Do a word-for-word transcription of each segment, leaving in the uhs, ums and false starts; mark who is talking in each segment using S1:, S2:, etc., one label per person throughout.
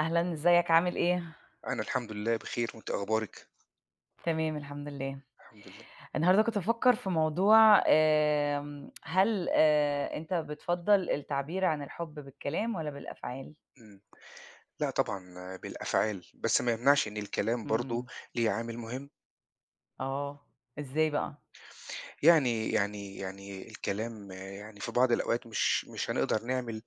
S1: أهلًا، إزيك عامل إيه؟
S2: أنا الحمد لله بخير، وأنتِ أخبارِك؟
S1: تمام الحمد لله.
S2: الحمد لله.
S1: النهارده كنت بافكّر في موضوع آمم، هل آآ، أنت بتفضّل التعبير عن الحب بالكلام والّا بالأفعال؟
S2: إمم. لأ طبعًا بالأفعال، بس ما يمنعش إن الكلام برضه
S1: إمم.
S2: ليه عامل مهم،
S1: آه. إزاي بقى؟
S2: يعني يعني يعني الكلام آه، يعني في بعض الأوقات مش مش هنقدر نعمل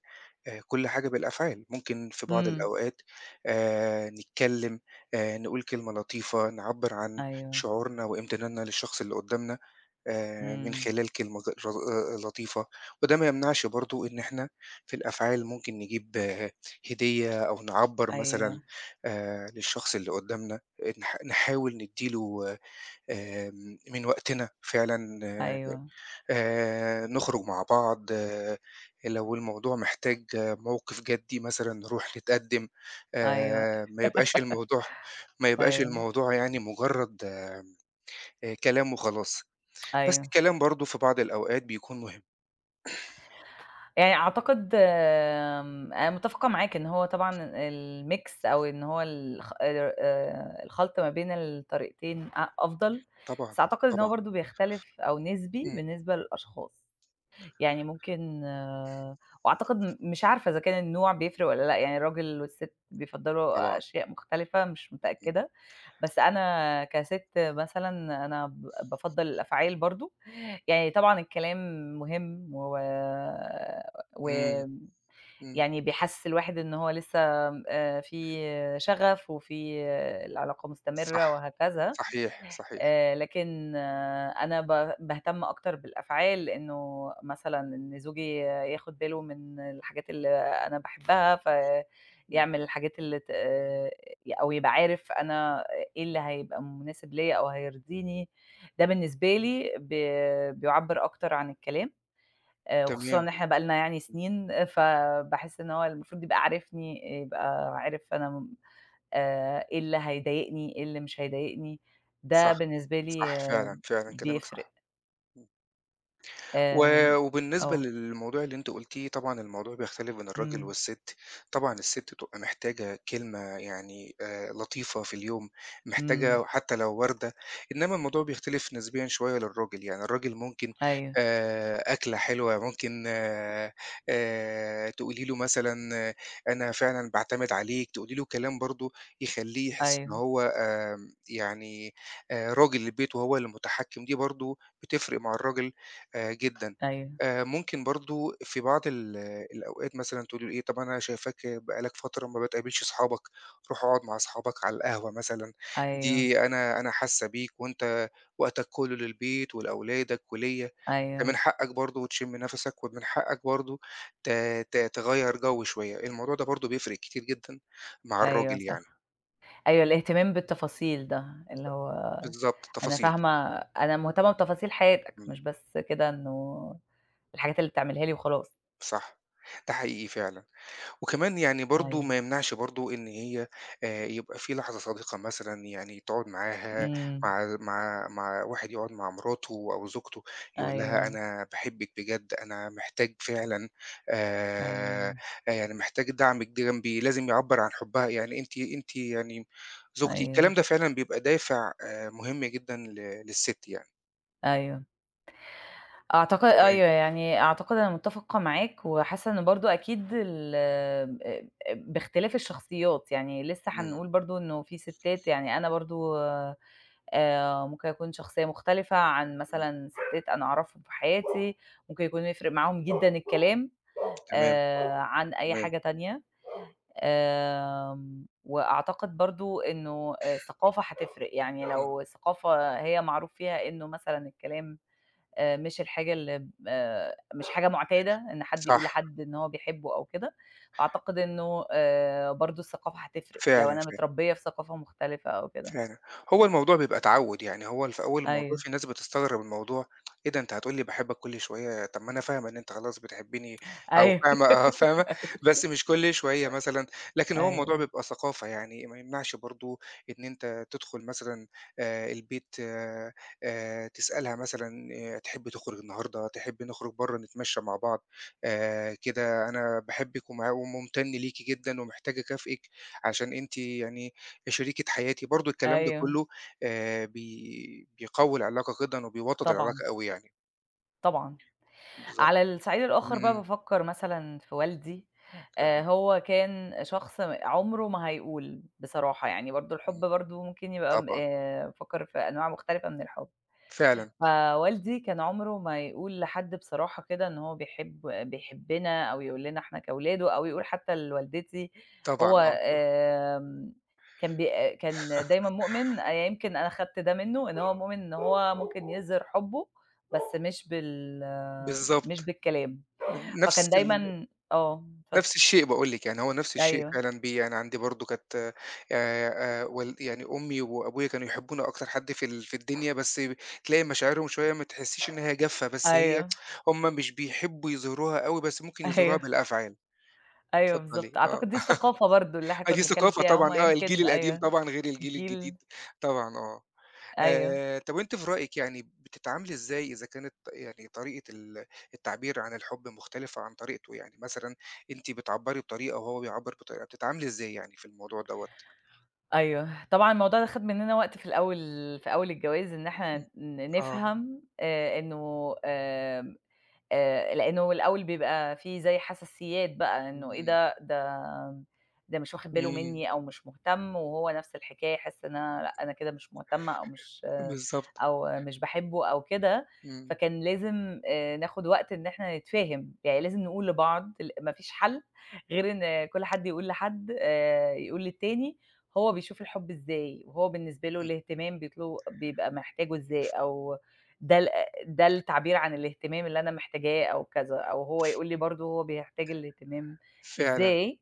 S2: آآ كل حاجة بالأفعال، ممكن في بعض
S1: إمم.
S2: الأوقات آآ نتكلّم، آآ نقول كلمة لطيفة، نعبّر عن
S1: أيوه.
S2: شعورنا وامتناننا للشخص اللي قدّامنا آآ من
S1: إمم.
S2: خلال كلمة ج ر آآ لطيفة، وده ما يمنعش برضه إن إحنا في الأفعال ممكن نجيب آه، هدية أو نعبّر
S1: أيوه.
S2: مثلًا آآ للشخص اللي قدّامنا، نح نحاول ندّي له آمم من وقتنا فعلًا آه،
S1: أيوه.
S2: آآ نخرج مع بعض، آه، لو الموضوع محتاج آه، موقف جدّي مثلًا نروح نتقدّم،
S1: أيوه.
S2: آآ ما يبقاش الموضوع ما يبقاش
S1: أيوه.
S2: الموضوع يعني مجرّد آآ كلام وخلاص، بس
S1: أيوه.
S2: الكلام برضه في بعض الأوقات بيكون مهم،
S1: يعني أعتقد آمم، أنا متفقة معاك إن هو طبعًا الmix أو إن هو الخ ال آآ، الخلط ما بين الطريقتين أ أفضل،
S2: طبعًا،
S1: بس أعتقد إن هو
S2: طبعًا،
S1: برضه بيختلف أو نسبي
S2: إمم،
S1: بالنسبة للأشخاص. يعني ممكن آه، وأعتقد م مش عارفة إذا كان النوع بيفرق والّا لأ، يعني الراجل والست بيفضّلوا
S2: طبعًا،
S1: أشياء مختلفة، مش
S2: إمم،
S1: متأكدة. بس أنا كسِت مثلًا أنا ب بافضّل الأفعال برضه، يعني طبعًا الكلام مهم و
S2: إمم،
S1: ويعني
S2: إمم،
S1: بيحسّس الواحد إن هو لسه آآ في شغف وفي آه، العلاقة مستمرة
S2: صح،
S1: وهكذا.
S2: صحيح، صحيح،
S1: آآ لكن آه، أنا ب باهتم أكتر بالأفعال، لإنه مثلًا إن زوجي ياخد باله من الحاجات اللي أنا باحبها،
S2: إمم،
S1: فيعمل الحاجات اللي ت آآ أو يبقى عارف أنا إيه اللي هيبقى مناسب ليّا أو هيرضيني. ده بالنسبة لي ب بيعبّر أكتر عن الكلام، آآ وخصوصًا
S2: تمام،
S1: إن إحنا بقى لنا يعني
S2: إمم،
S1: سنين، فباحس إن هو المفروض يبقى عارفني، يبقى عارف أنا آآ، إيه اللي هيضايقني، إيه اللي مش هيضايقني. ده
S2: صح،
S1: بالنسبة لي
S2: صح
S1: آه،
S2: فعلًا، فعلًا كلامك صح.
S1: بيفرق.
S2: و
S1: آمم،
S2: وبالنسبة
S1: آه.
S2: للموضوع اللي أنتِ قُلتيه، طبعًا الموضوع بيختلف بين الراجل
S1: إمم.
S2: والست، طبعًا الست بتبقى محتاجة كلمة يعني آآ لطيفة في اليوم،
S1: إمم.
S2: محتاجة حتى لو وردة، إنما الموضوع بيختلف نسبيًا شوية للراجل، يعني الراجل ممكن
S1: أيوه.
S2: آآ أكلة حلوة، ممكن آآ تقولي له مثلًا آه، أنا فعلًا باعتمد عليك، تقولي له كلام برضه يخلّيه يحس إن
S1: أيوه.
S2: هو آمم يعني آآ راجل البيت وهو اللي متحكم، دي برضه بتفرق مع الراجل آآ جدًا.
S1: أيوه.
S2: آآ ممكن برضه في بعض ال الأوقات مثلًا تقولي له إيه، طَب أنا شايفاك بقى لك فترة ما بتقابلش أصحابك، روح اقعد مع أصحابك على القهوة مثلًا،
S1: أيوه.
S2: دي أنا أنا حاسة بيك وأنت وقتك كُلّه للبيت ولأولادك وليّا، أنت من
S1: أيوه.
S2: حقك برضه تشم نَفَسك ومن حقك برضه ت ت تغيّر جو شوية، الموضوع ده برضه بيفرق كتير جدًا مع
S1: أيوه
S2: الراجل
S1: صح.
S2: يعني.
S1: أيوه الاهتمام بالتفاصيل ده، اللي هو
S2: بالضبط،
S1: أنا
S2: التفاصيل.
S1: فاهمة أنا مهتمة بتفاصيل حياتك،
S2: إمم،
S1: مش بس كده إنه الحاجات اللي بتعملها لي وخلاص.
S2: صح، ده حقيقي فعلًا. وكمان يعني برضه
S1: أيوه.
S2: ما يمنعش برضه إن هي آآ يبقى في لحظة صادقة مثلًا يعني تقعد معاها،
S1: إمم.
S2: مع مع مع واحد يقعد مع مراته أو زوجته يقول لها
S1: أيوه.
S2: أنا باحبِّك بجد، أنا محتاج فعلًا آآ
S1: أيوه.
S2: يعني محتاج دعمِك دي جنبي، لازم يعبّر عن حُبّها، يعني أنتِ أنتِ يعني زوجتي.
S1: أيوه.
S2: الكلام ده فعلًا بيبقى دافع آآ مهم جدًا ل للسِت يعني.
S1: أيوه. أعتقد
S2: تمام،
S1: أيوه، يعني أعتقد أنا متّفقة معاك، وحاسة إن برضه أكيد ال آآ، باختلاف الشخصيات، يعني لسه
S2: إمم،
S1: هنقول برضه إنه في ستات يعني أنا برضه آآ، ممكن أكون شخصية مختلفة عن
S2: إمم،
S1: مثلًا ستات أنا أعرفهم في حياتي، ممكن يكون يفرق معاهم جدًا الكلام
S2: تمام،
S1: آآ، عن أي
S2: تمام،
S1: حاجة تانية. آمم، وأعتقد برضه إنه آآ، الثقافة هتفرق، يعني
S2: إمم،
S1: لو الثقافة هي معروف فيها إنه مثلًا الكلام آآ مش الحاجة اللي آآ مش حاجة مُعتادة إن حد يقول
S2: صح،
S1: لحد إن هو بيحبه أو كده، أعتقد إنه آآ برضه الثقافة هتفرق، لو
S2: فعلًا،
S1: أنا
S2: فعلًا.
S1: متربية في ثقافة مختلفة أو كده.
S2: فعلًا. هو الموضوع بيبقى تعوُّد، يعني هو ال في أول الموضوع
S1: أيوه.
S2: في ناس بتستغرب الموضوع، إيه ده أنت هتقول لي باحبك كل شوية، طب ما أنا فاهمة إن أنت خلاص بتحبّني أو
S1: أيوه.
S2: فاهمة آه، فاهمة، بس مش كل شوية مثلًا، لكن هو الموضوع
S1: أيوه.
S2: بيبقى ثقافة يعني، ما يمنعش برضه إن أنت تدخُل مثلًا آآ البيت آآ تسألها مثلًا آآ تحب تخرج النهارده، تحب نخرج برّه نتمشّى مع بعض، آآ كده أنا باحبِّك ومع وممتن ليكِ جدًا ومحتاج أكافئِك عشان أنتِ يعني شريكة حياتي، برضه الكلام ده
S1: أيوه.
S2: كلّه آآ بي بيقوّي العلاقة جدًا وبيوطّد
S1: طبعًا.
S2: العلاقة أوي يعني،
S1: طبعًا.
S2: بالضبط.
S1: على الصعيد
S2: إمم،
S1: الآخر بقى
S2: إمم،
S1: بافكّر مثلًا في والدي، آآ
S2: فاهمك،
S1: هو كان شخص عمره ما هيقول بصراحة، يعني برضه الحب
S2: إمم،
S1: برضه ممكن يبقى م
S2: طبعًا،
S1: آآ بافكّر في أنواع مختلفة من الحب.
S2: فعلًا،
S1: فوالدي كان عمره ما يقول لحد بصراحة كده إن هو بيحب بيحبّنا أو يقول لنا إحنا كأولاده أو يقول حتى لوالدتي
S2: طبعًا
S1: هو
S2: آه،
S1: آمم كان بي كان دايمًا مؤمن آآ يمكن أنا خدت ده منّه، إن هو مؤمن إن هو ممكن يظهر حُبّه بس مش بال آه، مش
S2: بالضبط،
S1: بالكلام،
S2: من
S1: فكان
S2: نفس ال
S1: دايمًا آه، اتفضل.
S2: نفس الشيء باقول لِك، يعني هو نفس الشيء
S1: أيوه.
S2: فعلًا بي يعني عندي برضه كانت آآ آآ وال يعني أمي وأبويا كانوا يحبوني أكتر حد في ال في الدنيا، بس تلاقي مشاعرهم شوية ما تحسّيش إن هي جافة، بس هي
S1: أيوه.
S2: هم مش بيحبّوا يظهروها أوي، بس ممكن يظهروها
S1: أيوه.
S2: بالأفعال.
S1: أيوه
S2: اتفضلي،
S1: بالضبط.
S2: آه.
S1: أعتقد دي الثقافة برضه اللي إحنا
S2: آه، دي
S1: كُنّا بنتكلّم
S2: ثقافة
S1: فيها
S2: طبعًا
S1: هم
S2: آه، الجيل
S1: يمكن
S2: القديم
S1: أيوه،
S2: طبعًا غير الجيل
S1: جيل
S2: الجديد طبعًا آه.
S1: أيوه.
S2: آآ، طب وأنتِ في رأيِك يعني بتتعاملي إزاي إذا كانت يعني طريقة ال التعبير عن الحب مختلفة عن طريقته؟ يعني مثلًا أنتِ بتعبّري بطريقة وهو بيعبّر بطريقة، بتتعاملي إزاي يعني في الموضوع دوّة؟
S1: أيوه، طبعًا الموضوع ده خَد مننا وقت في الأول في أول الجواز إن إحنا
S2: إمم،
S1: ن
S2: آه،
S1: نفهم آآ إنه آآ آآ لإنه الأول بيبقى في زي حساسيّات بقى إنه إيه
S2: إمم،
S1: ده، ده ده مش واخد باله
S2: إمم،
S1: منّي أو مش مهتم وهو نفس الحكاية يحس إن أنا لأ، أنا كده مش مهتمة أو مش آه،
S2: بالضبط،
S1: أو مش باحبه أو كده،
S2: إمم،
S1: فكان لازم آآ ناخد وقت إن إحنا نتفاهم، يعني لازم نقول لبعض ال ما فيش حل غير إن كل حد يقول لحد آآ يقول للتاني هو بيشوف الحب إزاي، وهو بالنسبة له
S2: إمم،
S1: الاهتمام بيطل بيبقى محتاجه إزاي أو ده ال ده التعبير عن الاهتمام اللي أنا محتاجاه أو كذا، أو
S2: ف
S1: هو يقول لي برضه هو بيحتاج الاهتمام
S2: فعلًا
S1: إزاي،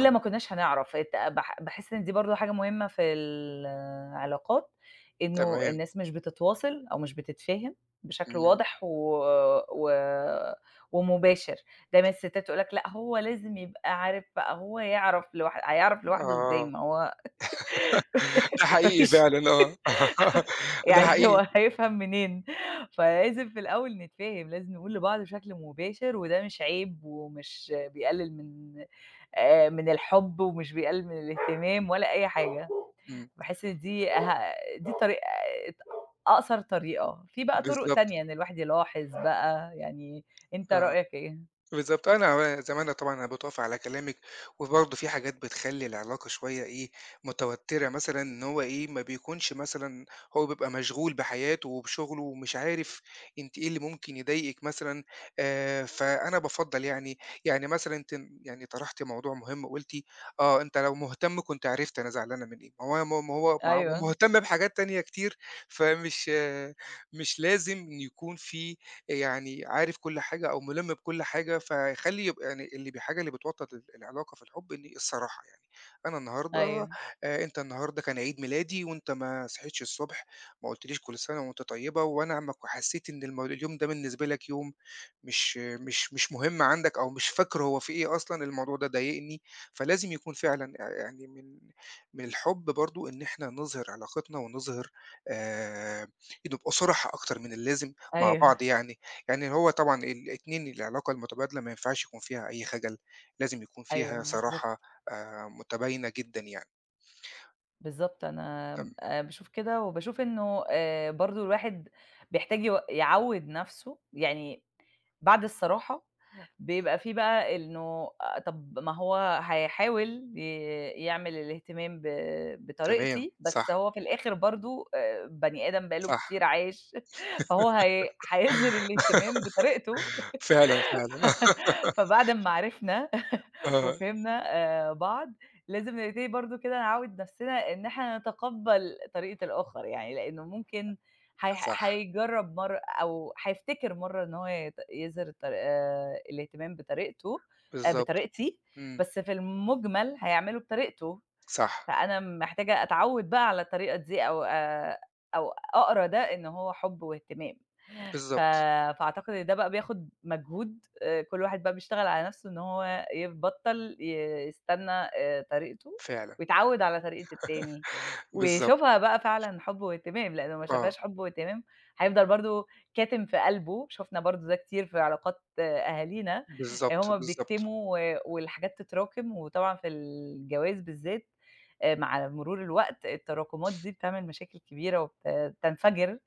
S2: آه،
S1: ما كناش هنعرف ات باح باحس إن دي برضه حاجة مهمة في العلاقات، إنه
S2: تمام،
S1: الناس مش بتتواصل أو مش بتتفاهم بشكل
S2: إمم،
S1: واضح و و ومباشر. دايمًا الستات تقول لك لأ هو لازم يبقى عارف بقى، هو يعرف لوح هيعرف لوحده إزاي
S2: آه،
S1: ما هو
S2: ده
S1: ما
S2: حقيقي
S1: فيش
S2: فعلًا آه، ده
S1: يعني
S2: حقيقي،
S1: هو هيفهم منين؟ فلازم في الأول نتفاهم، لازم نقول لبعض بشكل مباشر، وده مش عيب ومش بيقلل من آآ، من الحب ومش بيقلل من الاهتمام ولا أي حاجة،
S2: إمم،
S1: باحس إن دي ه دي طريقة ت أقصر طريقة، في بقى طرق
S2: بالضبط،
S1: تانية إن الواحد يلاحظ بقى، يعني أنت
S2: آه.
S1: رأيك إيه؟
S2: بالضبط، أنا زي ما أنا طبعًا أنا باتوافق على كلامِك، وبرضه في حاجات بتخلّي العلاقة شوية إيه، متوتّرة مثلًا إن هو إيه، ما بيكونش مثلًا هو بيبقى مشغول بحياته وبشغله ومش عارف أنتِ إيه اللي ممكن يضايقِك مثلًا، آآ، فأنا بافضّل يعني يعني مثلًا أنتِ يعني طرحتِ موضوع مهم وقُلتِ آه، أنت لو مهتم كنت عرفت أنا زعلانة من إيه، ما هو ما هو ما هو ما هو
S1: أيوه.
S2: مهتم بحاجات تانية كتير، فمش آه مش لازم إن يكون في يعني عارف كل حاجة أو مُلِم بكل حاجة، فيخلّي يبقى يعني اللي ب الحاجة اللي بتوتّر ال العلاقة في الحُب إن الصراحة يعني، أنا النهارده
S1: أيوه.
S2: آآ أنت النهارده كان عيد ميلادي وأنت ما صحيتش الصبح، ما قُلتليش كل سَنة وأنت طيبة، وأنا ما ك حسّيت إن الم اليوم ده بالنسبة لك يوم مش مش مش مهم عندك أو مش فاكر هو في إيه أصلًا، الموضوع ده ضايقني، فلازم يكون فعلًا آآ يعني من من الحُب برضه إن إحنا نظهِر علاقتنا ونظهِر آآ نبقى صُرحا أكتر من اللازم مع
S1: أيوه.
S2: بعض يعني. يعني هو طبعًا الاتنين العلاقة المتبادلة ما ينفعش يكون فيها أي خجل، لازم يكون
S1: أيوه.
S2: فيها
S1: بالضبط.
S2: صراحة آآ متباينة جدًا يعني.
S1: بالضبط، أنا
S2: تم
S1: م آآ باشوف كده وباشوف إنه آآ برضه الواحد بيحتاج يو يعوّد نَفْسه، يعني بعد الصراحة بيبقى في بقى إنه آآ طَب ما هو هيحاول ي يعمل الاهتمام ب
S2: تمام،
S1: بطريقتي،
S2: صح،
S1: بس هو في الآخر برضه آآ بني آدم بقى له
S2: صح،
S1: كتير عايش فهو هي هيظهر الاهتمام بطريقته.
S2: فعلًا، فعلًا
S1: فبعد أمّا عرفنا
S2: آه،
S1: وفهمنا آآ بعض، لازم نبتدي برضه كده نعوّد نفسنا إن إحنا نتقبّل طريقة الآخر، يعني لإنه ممكن هيح
S2: صح،
S1: هيجرّب مرّة أو هيفتكر مرّة إن هو يت يظهِر الطر آآ الاهتمام بطريقته آآ
S2: بالضبط،
S1: بطريقتي،
S2: إمم،
S1: بس في المُجمل هيعمله بطريقته،
S2: صح،
S1: فأنا محتاجة أتعوّد بقى على الطريقة دي أو آآ أو أقرا ده إن هو حُب واهتمام. ف
S2: بالضبط،
S1: فأعتقد إن ده بقى بياخد مجهود آآ، كل واحد بقى بيشتغل على نفسه إن هو يبطّل ي يستنى آآ، طريقته
S2: فعلًا،
S1: ويتعوّد على طريقة التاني،
S2: بالضبط،
S1: ويشوفها بقى فعلًا حُب واهتمام، لإن لو ما
S2: آه،
S1: شافهاش حُب واهتمام هيفضل برضه كاتم في قلبه، شُفنا برضه ده كتير في علاقات آه، أهالينا. آه،
S2: بالضبط،
S1: هُم
S2: بالضبط.
S1: بيكتموا و والحاجات تتراكم، وطبعًا في الجواز بالذات آآ، مع مرور الوقت التراكمات دي بتعمل مشاكل كبيرة وبت بتنفجر.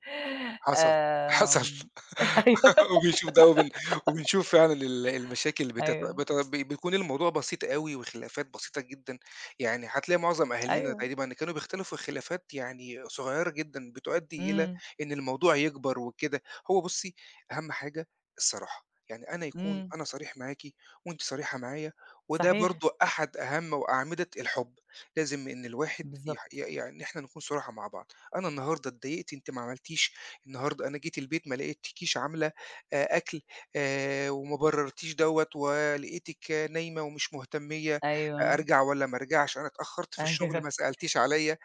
S2: حصل، حصل
S1: آمم أيوه.
S2: وبنشوف ده وبن وبنشوف فعلًا ال المشاكل اللي بتت
S1: أيوه.
S2: بت بي بيكون الموضوع بسيط أوي وخلافات بسيطة جدًا، يعني هتلاقي معظم أهالينا
S1: أيوه.
S2: تقريبًا كانوا بيختلفوا في خلافات يعني صغيّرة جدًا بتؤدّي إلى
S1: إمم.
S2: إن الموضوع يكبر وكده، هو بُصّي أهم حاجة الصراحة، يعني أنا يكون
S1: إمم.
S2: أنا صريح معاكِ وأنتِ صريحة معايا، وده
S1: صحيح.
S2: برضه أحد أهم وأعمدة الحب، لازم إن الواحد يح ي
S1: بالضبط.
S2: يعني إحنا نكون صُرحا مع بعض، أنا النهارده اتضايقت أنتِ ما عملتيش النهارده أنا جيت البيت ما لقيتكيش عاملة آآ أكل آآ وما برّرتيش دوّة ولقيتِك نايمة ومش مهتمية آه،
S1: أيوه.
S2: أرجع والّا ما أرجعش، أنا اتأخرت في الشغل
S1: أيوه.
S2: ما سألتيش عليّا،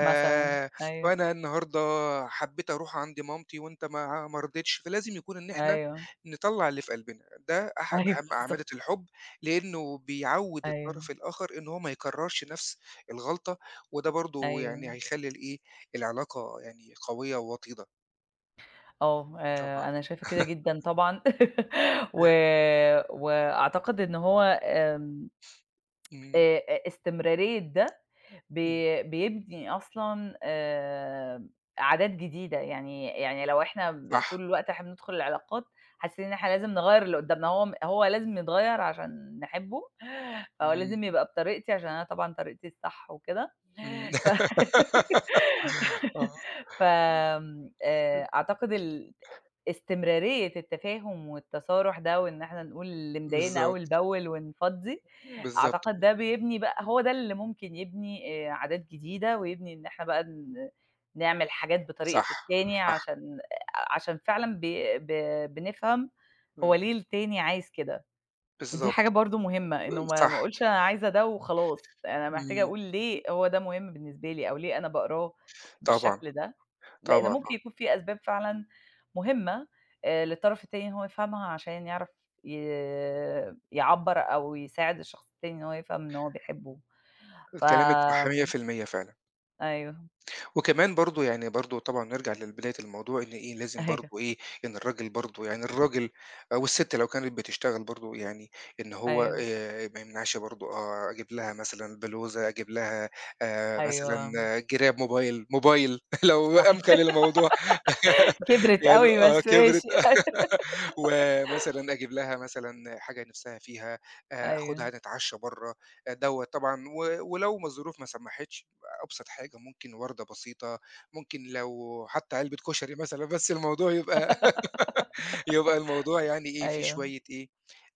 S1: مثلًا. أيوه.
S2: وأنا النهارده حبيت أروح عند مامتي وأنت ما ما رضيتش، فلازم يكون إن إحنا
S1: أيوه.
S2: نطلّع اللي في قلبنا، ده أحد
S1: أيوه.
S2: أهم أعمدة
S1: بالضبط.
S2: الحب، لإنه بيعوّد
S1: أيوه.
S2: الطرف الآخر إن هو ما يكرّرش نفس الغلطة، وده برضه يعني
S1: أيوه.
S2: هيخلّي الإيه، العلاقة يعني قوية ووطيدة.
S1: آه.
S2: طبعًا،
S1: آآ، أنا شايفة كده جدًا طبعًا، و وأعتقد إن هو آمم
S2: إمم،
S1: آآ أ استمرارية ده
S2: إمم،
S1: بي بيبني أصلًا آآ عادات جديدة، يعني يعني لو إحنا ب
S2: صح،
S1: طول الوقت إحنا بندخل العلاقات حاسين إن إحنا لازم نغيّر اللي قدّامنا، هو م هو لازم يتغيّر عشان نحبه، فهو
S2: إمم،
S1: لازم يبقى بطريقتي عشان أنا طبعًا طريقتي الصح وكده،
S2: إمم،
S1: ف
S2: آه،
S1: فآمم آآ أعتقد ال استمرارية التفاهم والتصارُح ده، وإن إحنا نقول اللي مضايقنا أول
S2: بالضبط،
S1: بأول ونفضّي.
S2: بالضبط،
S1: أعتقد ده بيبني بقى هو ده اللي ممكن يبني آآ عادات جديدة، ويبني إن إحنا بقى ن نعمل حاجات
S2: صح،
S1: بطريقة التاني
S2: صح،
S1: عشان آه، عشان فعلًا ب ب بنفهم هو
S2: إمم،
S1: ليه التاني عايز كده. ودي حاجة
S2: بالضبط،
S1: برضه مهمة، إنه ما
S2: صح،
S1: ما أقولش أنا عايزة ده وخلاص، أنا محتاجة
S2: إمم،
S1: أقول ليه هو ده مهم بالنسبة لي، أو ليه أنا باقراه
S2: طبعًا،
S1: بالشكل ده، لإن
S2: طبعًا،
S1: ممكن يكون في أسباب فعلًا مهمة آآ للطرف التاني إن هو يفهمها عشان يعرف ي يعبّر أو يساعد الشخص التاني إن هو يفهم إن هو بيحبه.
S2: آه،
S1: ف
S2: كلامِك صح
S1: آمم
S2: مية في المية فعلًا.
S1: أيوه.
S2: وكمان برضه يعني برضه طبعًا نرجع لبداية الموضوع إن إيه، لازم
S1: أيوه.
S2: برضه إيه، إن الراجل برضه يعني الراجل آه، والست لو كانت بتشتغل برضه يعني إن هو
S1: أيوه.
S2: آآ ما يمنعش برضه آه، أجيب لها مثلًا بلوزة، أجيب لها آآ مثلًا
S1: أيوه.
S2: آه، جراب موبايل، موبايل لو أمكن
S1: صحيح.
S2: الموضوع.
S1: كبرت
S2: يعني
S1: أوي
S2: آه
S1: بس
S2: كبرت
S1: ماشي.
S2: ومثلًا أجيب لها مثلًا حاجة نِفْسها فيها، آآ
S1: أيوه.
S2: آخُدها نتعشّى برّه، آه، دوّة طبعًا و ولو ما الظروف ما سمّحتش أبسط حاجة ممكن وردة بسيطة، ممكن لو حتى علبة كشري مثلًا بس الموضوع يبقى يبقى الموضوع يعني إيه، فيه
S1: أيوه.
S2: شوية إيه،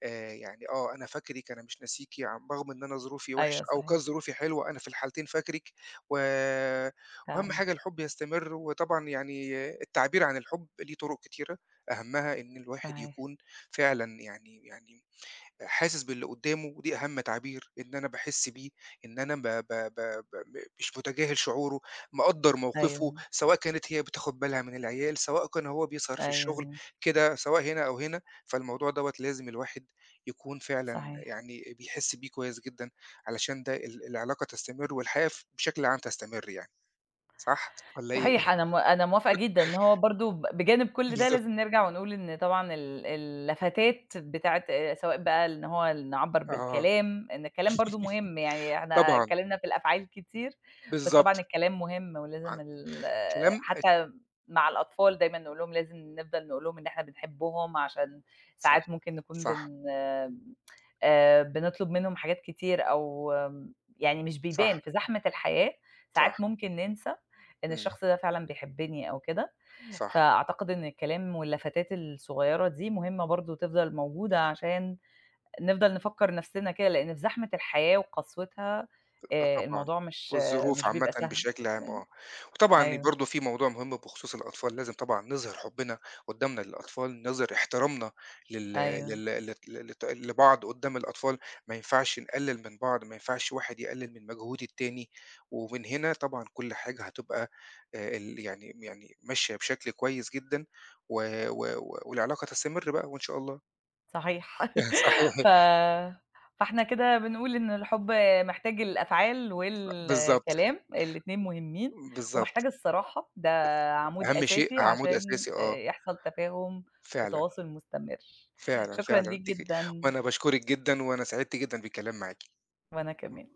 S2: آآ يعني آه، أنا فاكرِك، أنا مش ناسيكِ، عم رغم إن أنا ظروفي وِحشة
S1: أيوه
S2: أو كانت
S1: صحيح.
S2: ظروفي حلوة، أنا في الحالتين فاكرِك، و وأهم
S1: فعلًا
S2: حاجة الحُب يستمر، وطبعًا يعني التعبير عن الحُب ليه طُرق كتيرة، أهمها إن الواحد
S1: صحيح.
S2: يكون فعلًا يعني يعني حاسس باللي قدّامه، ودي أهم تعبير إن أنا باحس بيه، إن أنا ب ب ب ب مش متجاهل شعوره، مقدّر موقفه،
S1: أيوه.
S2: سواء كانت هي بتاخد بالها من العيال، سواء كان هو بيسهر في الشغل،
S1: أيوه.
S2: كده سواء هنا أو هنا، فالموضوع دوّة لازم الواحد يكون فعلًا
S1: صحيح.
S2: يعني بيحس بيه كويس جدًا، علشان ده ال العلاقة تستمر والحياة ف بشكل عام تستمر يعني، صح والّا إيه؟
S1: صحيح أنا م أنا موافقة جدًا إن هو برضه ب بجانب كل ده
S2: بالضبط،
S1: لازم نرجع ونقول إن طبعًا ال اللفتات بتاعة آآ، سواء بقى إن هو نعبّر
S2: آه،
S1: بالكلام، إن الكلام برضه مهم، يعني إحنا
S2: طبعًا،
S1: اتكلمنا في الأفعال كتير، بس
S2: بالضبط،
S1: طبعًا الكلام مهم
S2: ع
S1: ولازم ال
S2: كلام
S1: آه،
S2: أ
S1: حتى مع الأطفال دايمًا نقول لهم لازم نفضل نقول لهم إن إحنا بنحبهم عشان
S2: صح،
S1: ساعات ممكن نكون
S2: صح،
S1: بن آآ، بنطلب منهم حاجات كتير أو آم، يعني مش
S2: صح،
S1: بيبان في زحمة الحياة،
S2: صح،
S1: ساعات ممكن ننسى إن
S2: إمم،
S1: الشخص ده فعلًا بيحبني أو كده،
S2: صح.
S1: فأعتقد إن الكلام واللفتات الصغيّرة دي مهمة برضه تفضل موجودة عشان نفضل نفكّر نفسنا كده، لإن في زحمة الحياة وقسوتها
S2: آه
S1: آآ
S2: طبعًا،
S1: الموضوع مش آه،
S2: والظروف
S1: مش
S2: عامةً
S1: بيبقى سهل.
S2: بشكل عام آه، وطبعًا
S1: أيوه.
S2: برضه في موضوع مهم بخصوص الأطفال، لازم طبعًا نظهر حُبّنا قُدّامنا للأطفال، نظهر احترامنا لل
S1: أيوه.
S2: لل لت لت لبعض قُدّام الأطفال، ما ينفعش نقلِّل من بعض، ما ينفعش واحد يقلِّل من مجهود التاني، ومن هنا طبعًا كل حاجة هتبقى آآ ال يعني يعني ماشية بشكل كويس جدًا و و و والعلاقة تستمر بقى وإن شاء الله.
S1: صحيح.
S2: صحيح،
S1: ف فإحنا كده بنقول إن الحُب محتاج الأفعال
S2: بالضبط،
S1: والكلام، الاتنين مهمين،
S2: بالضبط،
S1: ومحتاج الصراحة، ده عمود
S2: أهم شيء
S1: أساسي
S2: عمود
S1: عشان
S2: أساسي آه،
S1: آآ يحصل تفاهم
S2: فعلًا.
S1: وتواصل مستمر.
S2: فعلًا،
S1: شكرًا
S2: فعلًا.
S1: ليك
S2: تك
S1: جدًا،
S2: وأنا باشكرِك جدًا، وأنا سعدت جدًا بالكلام معاكِ.
S1: وأنا كمان.